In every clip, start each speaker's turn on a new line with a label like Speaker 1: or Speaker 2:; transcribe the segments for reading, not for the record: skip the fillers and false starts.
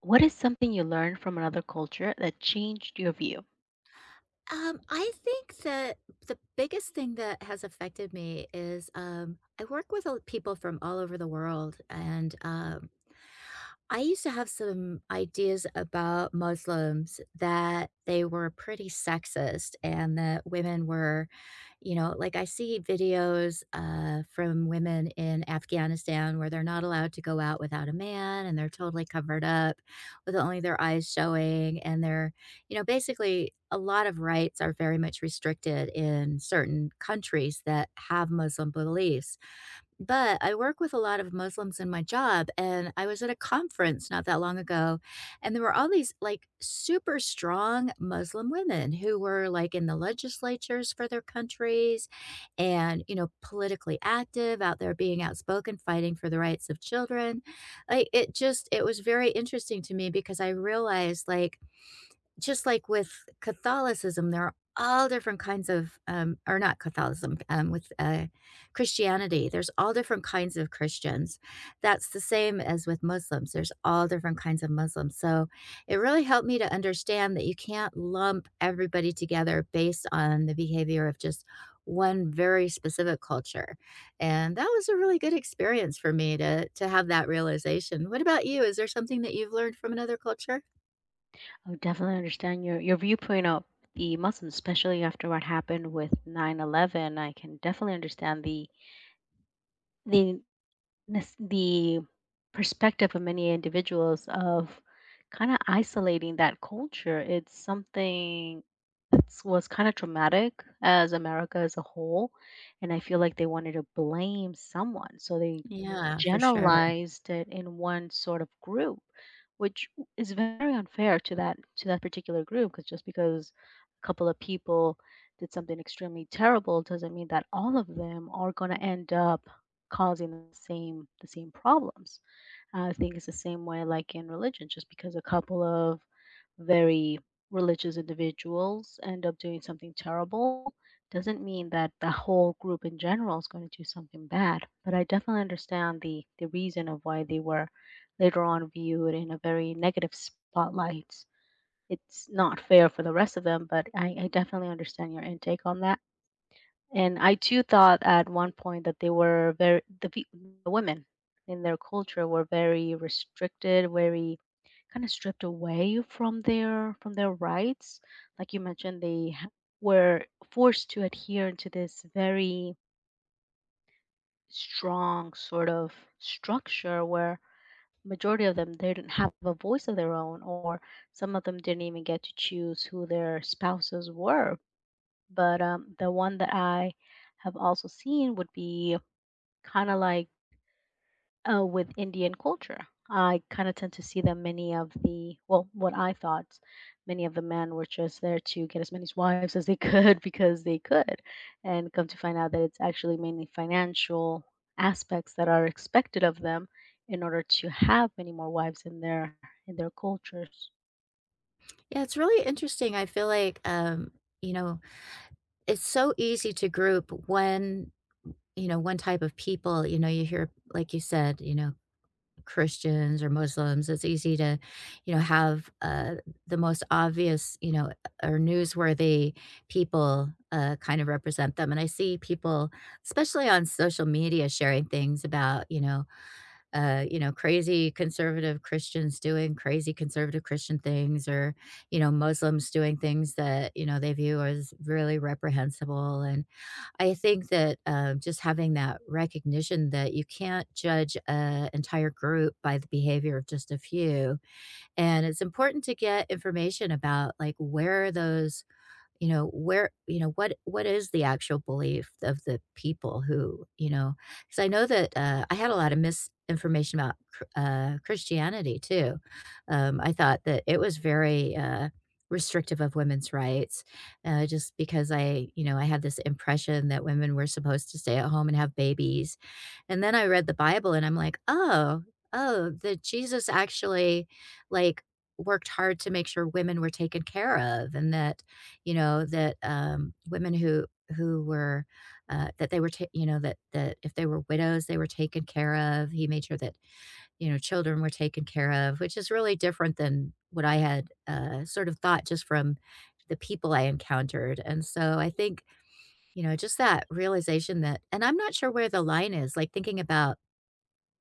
Speaker 1: What is something you learned from another culture that changed your view?
Speaker 2: I think that the biggest thing that has affected me is, I work with all people from all over the world, and I used to have some ideas about Muslims that they were pretty sexist and that women were like I see videos from women in Afghanistan where they're not allowed to go out without a man and they're totally covered up with only their eyes showing. And basically a lot of rights are very much restricted in certain countries that have Muslim beliefs. But I work with a lot of Muslims in my job, and I was at a conference not that long ago, and there were all these like super strong Muslim women who were like in the legislatures for their countries and, politically active, out there being outspoken, fighting for the rights of children. Like it just, it was very interesting to me because I realized just like with Catholicism, there are all different kinds of, or not Catholicism, with Christianity, there's all different kinds of Christians. That's the same as with Muslims. There's all different kinds of Muslims. So it really helped me to understand that you can't lump everybody together based on the behavior of just one very specific culture. And that was a really good experience for me to have that realization. What about you? Is there something that you've learned from another culture?
Speaker 1: I definitely understand your viewpoint of the Muslims, especially after what happened with 9/11. I can definitely understand the the perspective of many individuals of kinda isolating that culture. It's something that's was kinda traumatic as America as a whole, and I feel like they wanted to blame someone, so they
Speaker 2: Yeah, for sure.
Speaker 1: generalized it in one sort of group, which w is very unfair to that particular group. Because just because a couple of people did something extremely terrible doesn't mean that all of them are gonna end up causing the same problems. I think it's the same way like in religion, just because a couple of very religious individuals end up doing something terrible doesn't mean that the whole group in general is going to do something bad. But I definitely understand the reason of why they were later on viewed in a very negative spotlight. It's not fair for the rest of them, but I definitely understand your intake on that. And I too thought at one point that they were the women in their culture were very restricted, very kind of stripped away from their rights. Like you mentioned, they were forced to adhere to this very strong sort of structure where majority of them, they didn't have a voice of their own, or some of them didn't even get to choose who their spouses were. But the one that I have also seen would be kind of like, with Indian culture. I kind of tend to see that many of the, well, what I thought, many of the men were just there to get as many wives as they could because they could. And come to find out that it's actually mainly financial aspects that are expected of them in order to have many more wives in their cultures.
Speaker 2: Yeah, it's really interesting. I feel like, you know, it's so easy to group one, one type of people. You know, you hear, like you said, Christians or Muslims. It's easy to, have the most obvious, or newsworthy people kind of represent them. And I see people, especially on social media, sharing things about, crazy conservative Christians doing crazy conservative Christian things or, Muslims doing things that, they view as really reprehensible. And I think that just having that recognition that you can't judge an entire group by the behavior of just a few. And it's important to get information about like where those you know where you know what is the actual belief of the people who you know because I know that I had a lot of misinformation about Christianity too. I thought that it was very restrictive of women's rights just because I, I had this impression that women were supposed to stay at home and have babies. And then I read the Bible and I'm like, oh, that Jesus actually, like worked hard to make sure women were taken care of and that, women who were, that they were ta you know, that that if they were widows, they were taken care of. He made sure that, children were taken care of, which is really different than what I had, sort of thought just from the people I encountered, and so I think, just that realization that, and I'm not sure where the line is, like, thinking about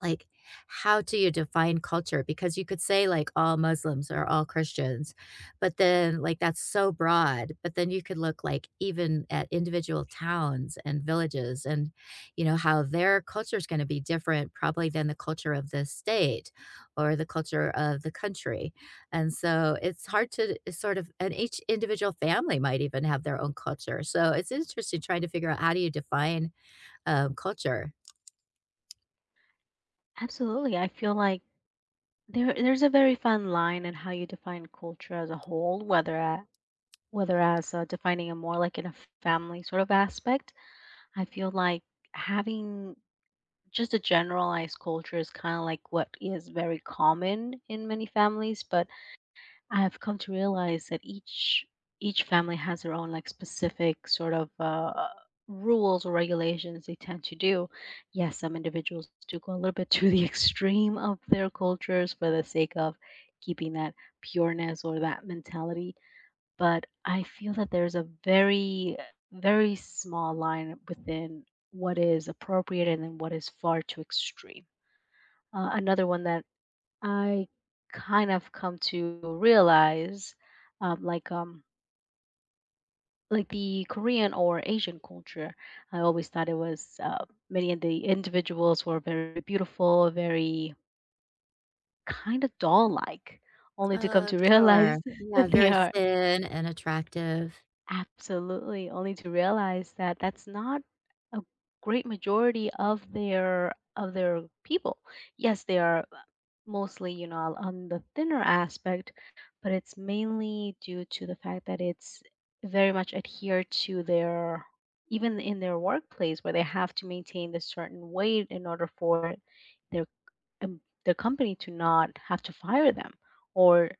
Speaker 2: like, how do you define culture? Because you could say, like, all Muslims or all Christians, but then, like, that's so broad. But then you could look, like, even at individual towns and villages and, how their culture is going to be different probably than the culture of the state or the culture of the country. And so it's hard to sort of, and each individual family might even have their own culture. So it's interesting trying to figure out how do you define culture.
Speaker 1: Absolutely. I feel like there's a very fine line in how you define culture as a whole, whether at whether as defining it more like in a family sort of aspect. I feel like having just a generalized culture is kind of like what is very common in many families, but I've come to realize that each family has their own like specific sort of rules or regulations they tend to do. Yes, some individuals do go a little bit to the extreme of their cultures for the sake of keeping that pureness or that mentality, but I feel that there's a very, very small line within what is appropriate and then what is far too extreme. Another one that I kind of come to realize, um, like um, like the Korean or Asian culture, I always thought it was, many of the individuals were very beautiful, very kind of doll-like, only to come
Speaker 2: Oh,
Speaker 1: to
Speaker 2: sure.
Speaker 1: realize
Speaker 2: Yeah,
Speaker 1: that they
Speaker 2: very
Speaker 1: are—
Speaker 2: thin and attractive.
Speaker 1: Absolutely, only to realize that that's not a great majority of their people. Yes, they are, mostly, you know, on the thinner aspect, but it's mainly due to the fact that it's very much adhered to their, even in their workplace where they have to maintain this certain weight in order for their, their company to not have to fire them, or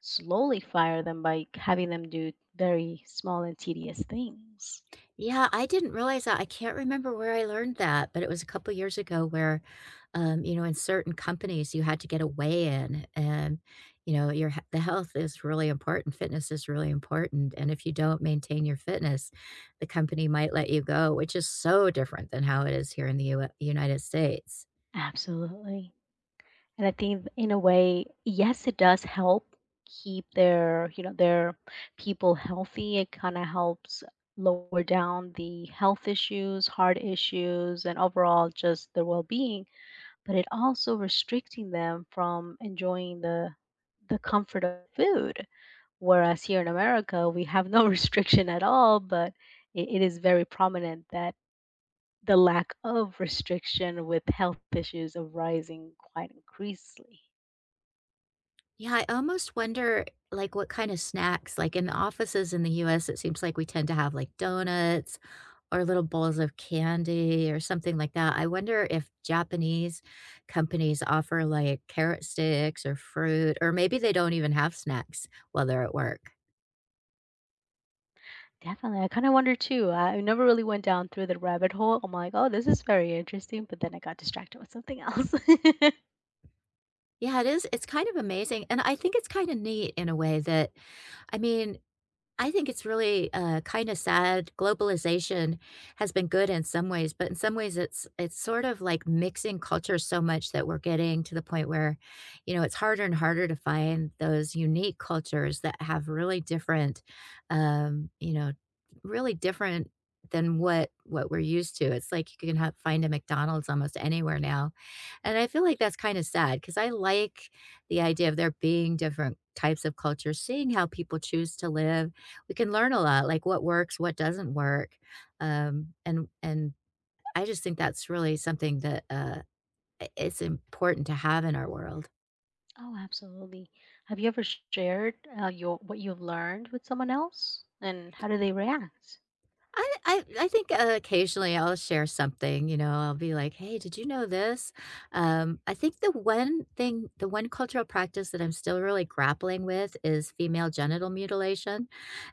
Speaker 1: slowly fire them by having them do very small and tedious things.
Speaker 2: Yeah, I didn't realize that. I can't remember where I learned that, but it was a couple years ago where, in certain companies, you had to get a weigh-in and, you know, your he the health is really important, fitness is really important, and if you don't maintain your fitness, the company might let you go, which is so different than how it is here in the U United States.
Speaker 1: Absolutely. And I think in a way, yes, it does help keep their, you know, their people healthy. It kind of helps lower down the health issues, heart issues, and overall just their well-being, but it also restricting them from enjoying the comfort of food. Whereas here in America, we have no restriction at all, but it is very prominent that the lack of restriction with health issues of rising quite increasingly.
Speaker 2: Yeah, I almost wonder, like, what kind of snacks, like, in the offices in the US, it seems like we tend to have, like, donuts or little bowls of candy or something like that. I wonder if Japanese companies offer, like, carrot sticks or fruit, or maybe they don't even have snacks while they're at work.
Speaker 1: Definitely. I kind of wonder too. I never really went down through the rabbit hole. I'm like, oh, this is very interesting, but then I got distracted with something else.
Speaker 2: Yeah, it is. It's kind of amazing. And I think it's kind of neat in a way that, I mean, I think it's really, kinda sad. Globalization has been good in some ways, but in some ways, it's sort of like mixing cultures so much that we're getting to the point where, it's harder and harder to find those unique cultures that have really different, um, you know, really different than what we're used to. It's like you can have find a McDonald's almost anywhere now, and I feel like that's kinda sad because I like the idea of there being different types of cultures, seeing how people choose to live. We can learn a lot, like what works, what doesn't work, and I just think that's really something that, I it's important to have in our world.
Speaker 1: Oh, absolutely. Have you ever shared, your what you've learned with someone else, and how do they react?
Speaker 2: I think, occasionally I'll share something, you know, I'll be like, "Hey, did you know this?" I think the one cultural practice that I'm still really grappling with is female genital mutilation.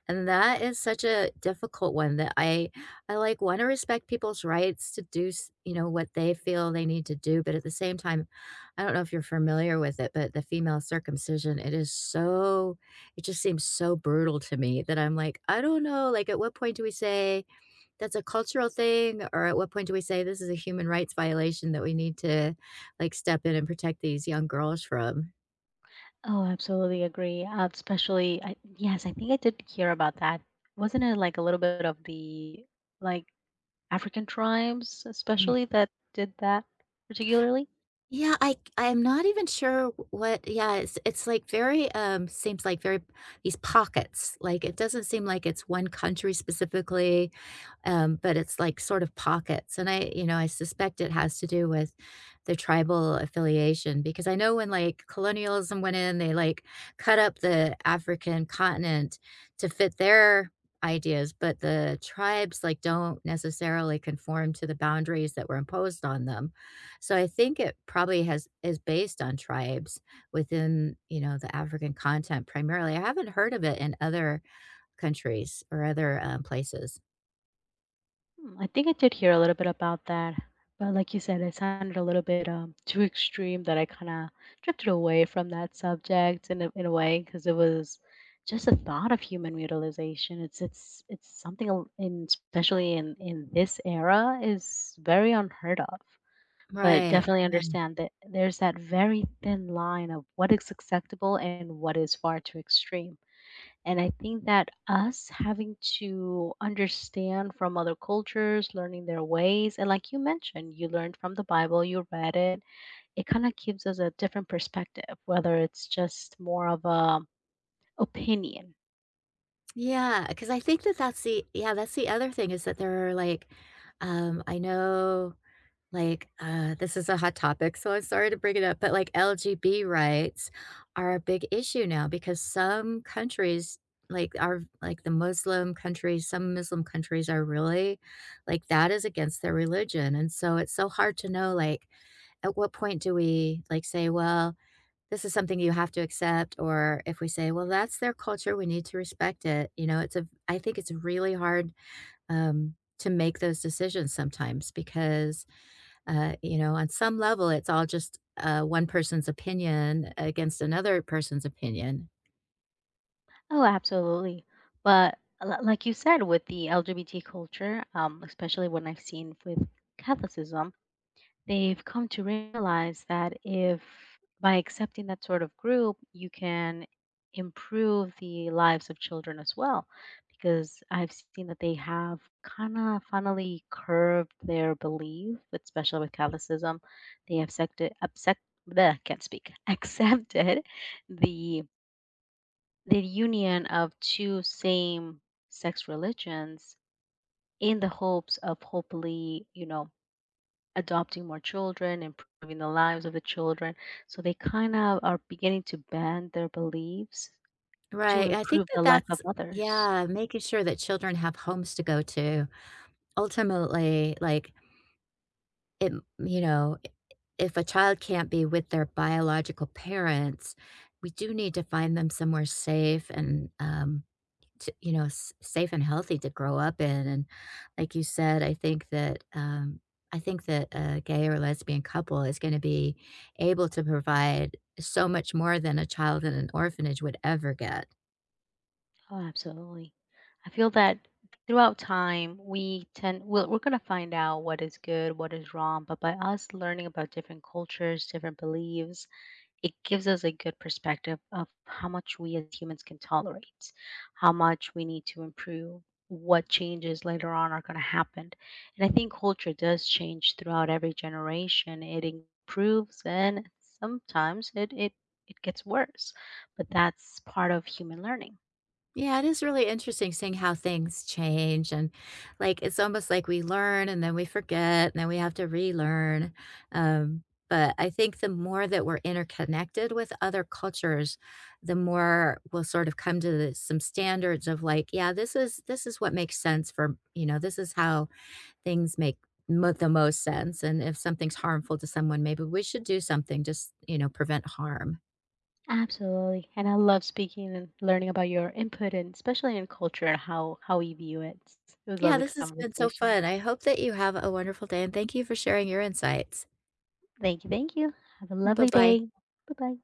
Speaker 2: And that is such a difficult one that I like, wanna respect people's rights to do s you know, what they feel they need to do, but at the same time, I don't know if you're familiar with it, but the female circumcision, it is it just seems so brutal to me that I'm like, "I don't know," like, at what point do we say, "That's a cultural thing," or at what point do we say, "This is a human rights violation that we need to, like, step in and protect these young girls from?"
Speaker 1: Oh, absolutely agree. Especially, I, yes, I think I did hear about that. Wasn't it like a little bit of the like African tribes, especially, that did that particularly?
Speaker 2: Yeah, I am not even sure w what. Yeah, it's like very, seems like very these pockets, like, it doesn't seem like it's one country specifically, but it's like sort of pockets. And I, I suspect it has to do with the tribal affiliation because I know when like colonialism went in, they like cut up the African continent to fit their ideas, but the tribes like don't necessarily conform to the boundaries that were imposed on them. So I think it probably has is based on tribes within, the African continent primarily. I haven't heard of it in other countries or other places.
Speaker 1: Hmm, I think I did hear a little bit about that, but like you said, it sounded a little bit too extreme that I kind of drifted away from that subject in a way, because it was just the thought of human mutilization. It's something al- in especially in this era is very unheard of. But
Speaker 2: Right,
Speaker 1: definitely
Speaker 2: yeah.
Speaker 1: understand that there's that very thin line of what is acceptable and what is far too extreme. And I think that us having to understand from other cultures, learning their ways, and like you mentioned, you learned from the Bible, you read it, it kind of gives us a different perspective, whether it's just more of a opinion.
Speaker 2: Yeah, because I think that that's the yeah, that's the other thing is that there are, like, I know, like, this is a hot topic, so I'm sorry to bring it up, but, like, LGB rights are a big issue now because some countries, like, are like, the Muslim countries, some Muslim countries are really like, that is against their religion, and so it's so hard to know, like, at what point do we, like, say, "Well, this is something you have to accept," or if we say, well, that's their culture, we need to respect it. You know, it's a, I think it's really hard to make those decisions sometimes because you know, on some level it's all just one person's opinion against another person's opinion.
Speaker 1: Oh, absolutely. But like you said, with the LGBT culture, especially when I've seen with Catholicism, they've come to realize that if by accepting that sort of group, you can improve the lives of children as well. Because I've seen that they have kind of funnily curved their belief, especially with Catholicism. They have accepted, accept, bleh, can't speak, accepted the the union of two same sex religions in the hopes of hopefully, you know, adopting more children, improving the lives of the children. So they kind of are beginning to bend their beliefs to
Speaker 2: Right. I think
Speaker 1: improve
Speaker 2: that
Speaker 1: the life of
Speaker 2: that's,
Speaker 1: others.
Speaker 2: yeah, making sure that children have homes to go to. Ultimately, like it, you know, if a child can't be with their biological parents, we do need to find them somewhere safe and, to you know, s safe and healthy to grow up in, and like you said, I think that a gay or lesbian couple is gonna be able to provide so much more than a child in an orphanage would ever get.
Speaker 1: Oh, absolutely. I feel that throughout time, we're going to find out what is good, what is wrong. But by us learning about different cultures, different beliefs, it gives us a good perspective of how much we as humans can tolerate, how much we need to improve, what changes later on are going to happen. And I think culture does change throughout every generation. It improves and sometimes it gets worse, but that's part of human learning.
Speaker 2: Yeah, it is really interesting seeing how things change and like it's almost like we learn and then we forget and then we have to relearn. Um, but I think the more that we're interconnected with other cultures, the more we'll sort of come to the, some standards of like, yeah, this is what makes sense for you know, this is how things the most sense. And if something's harmful to someone, maybe we should do something just, you know, prevent harm.
Speaker 1: Absolutely. And I love speaking and learning about your input and especially in culture and how we view it. It was a
Speaker 2: Yeah,
Speaker 1: lovely
Speaker 2: this has been so
Speaker 1: conversation.
Speaker 2: fun. I hope that you have a wonderful day, and thank you for sharing your insights.
Speaker 1: Thank you. Thank you. Have a lovely
Speaker 2: Bye-bye.
Speaker 1: day. Bye bye.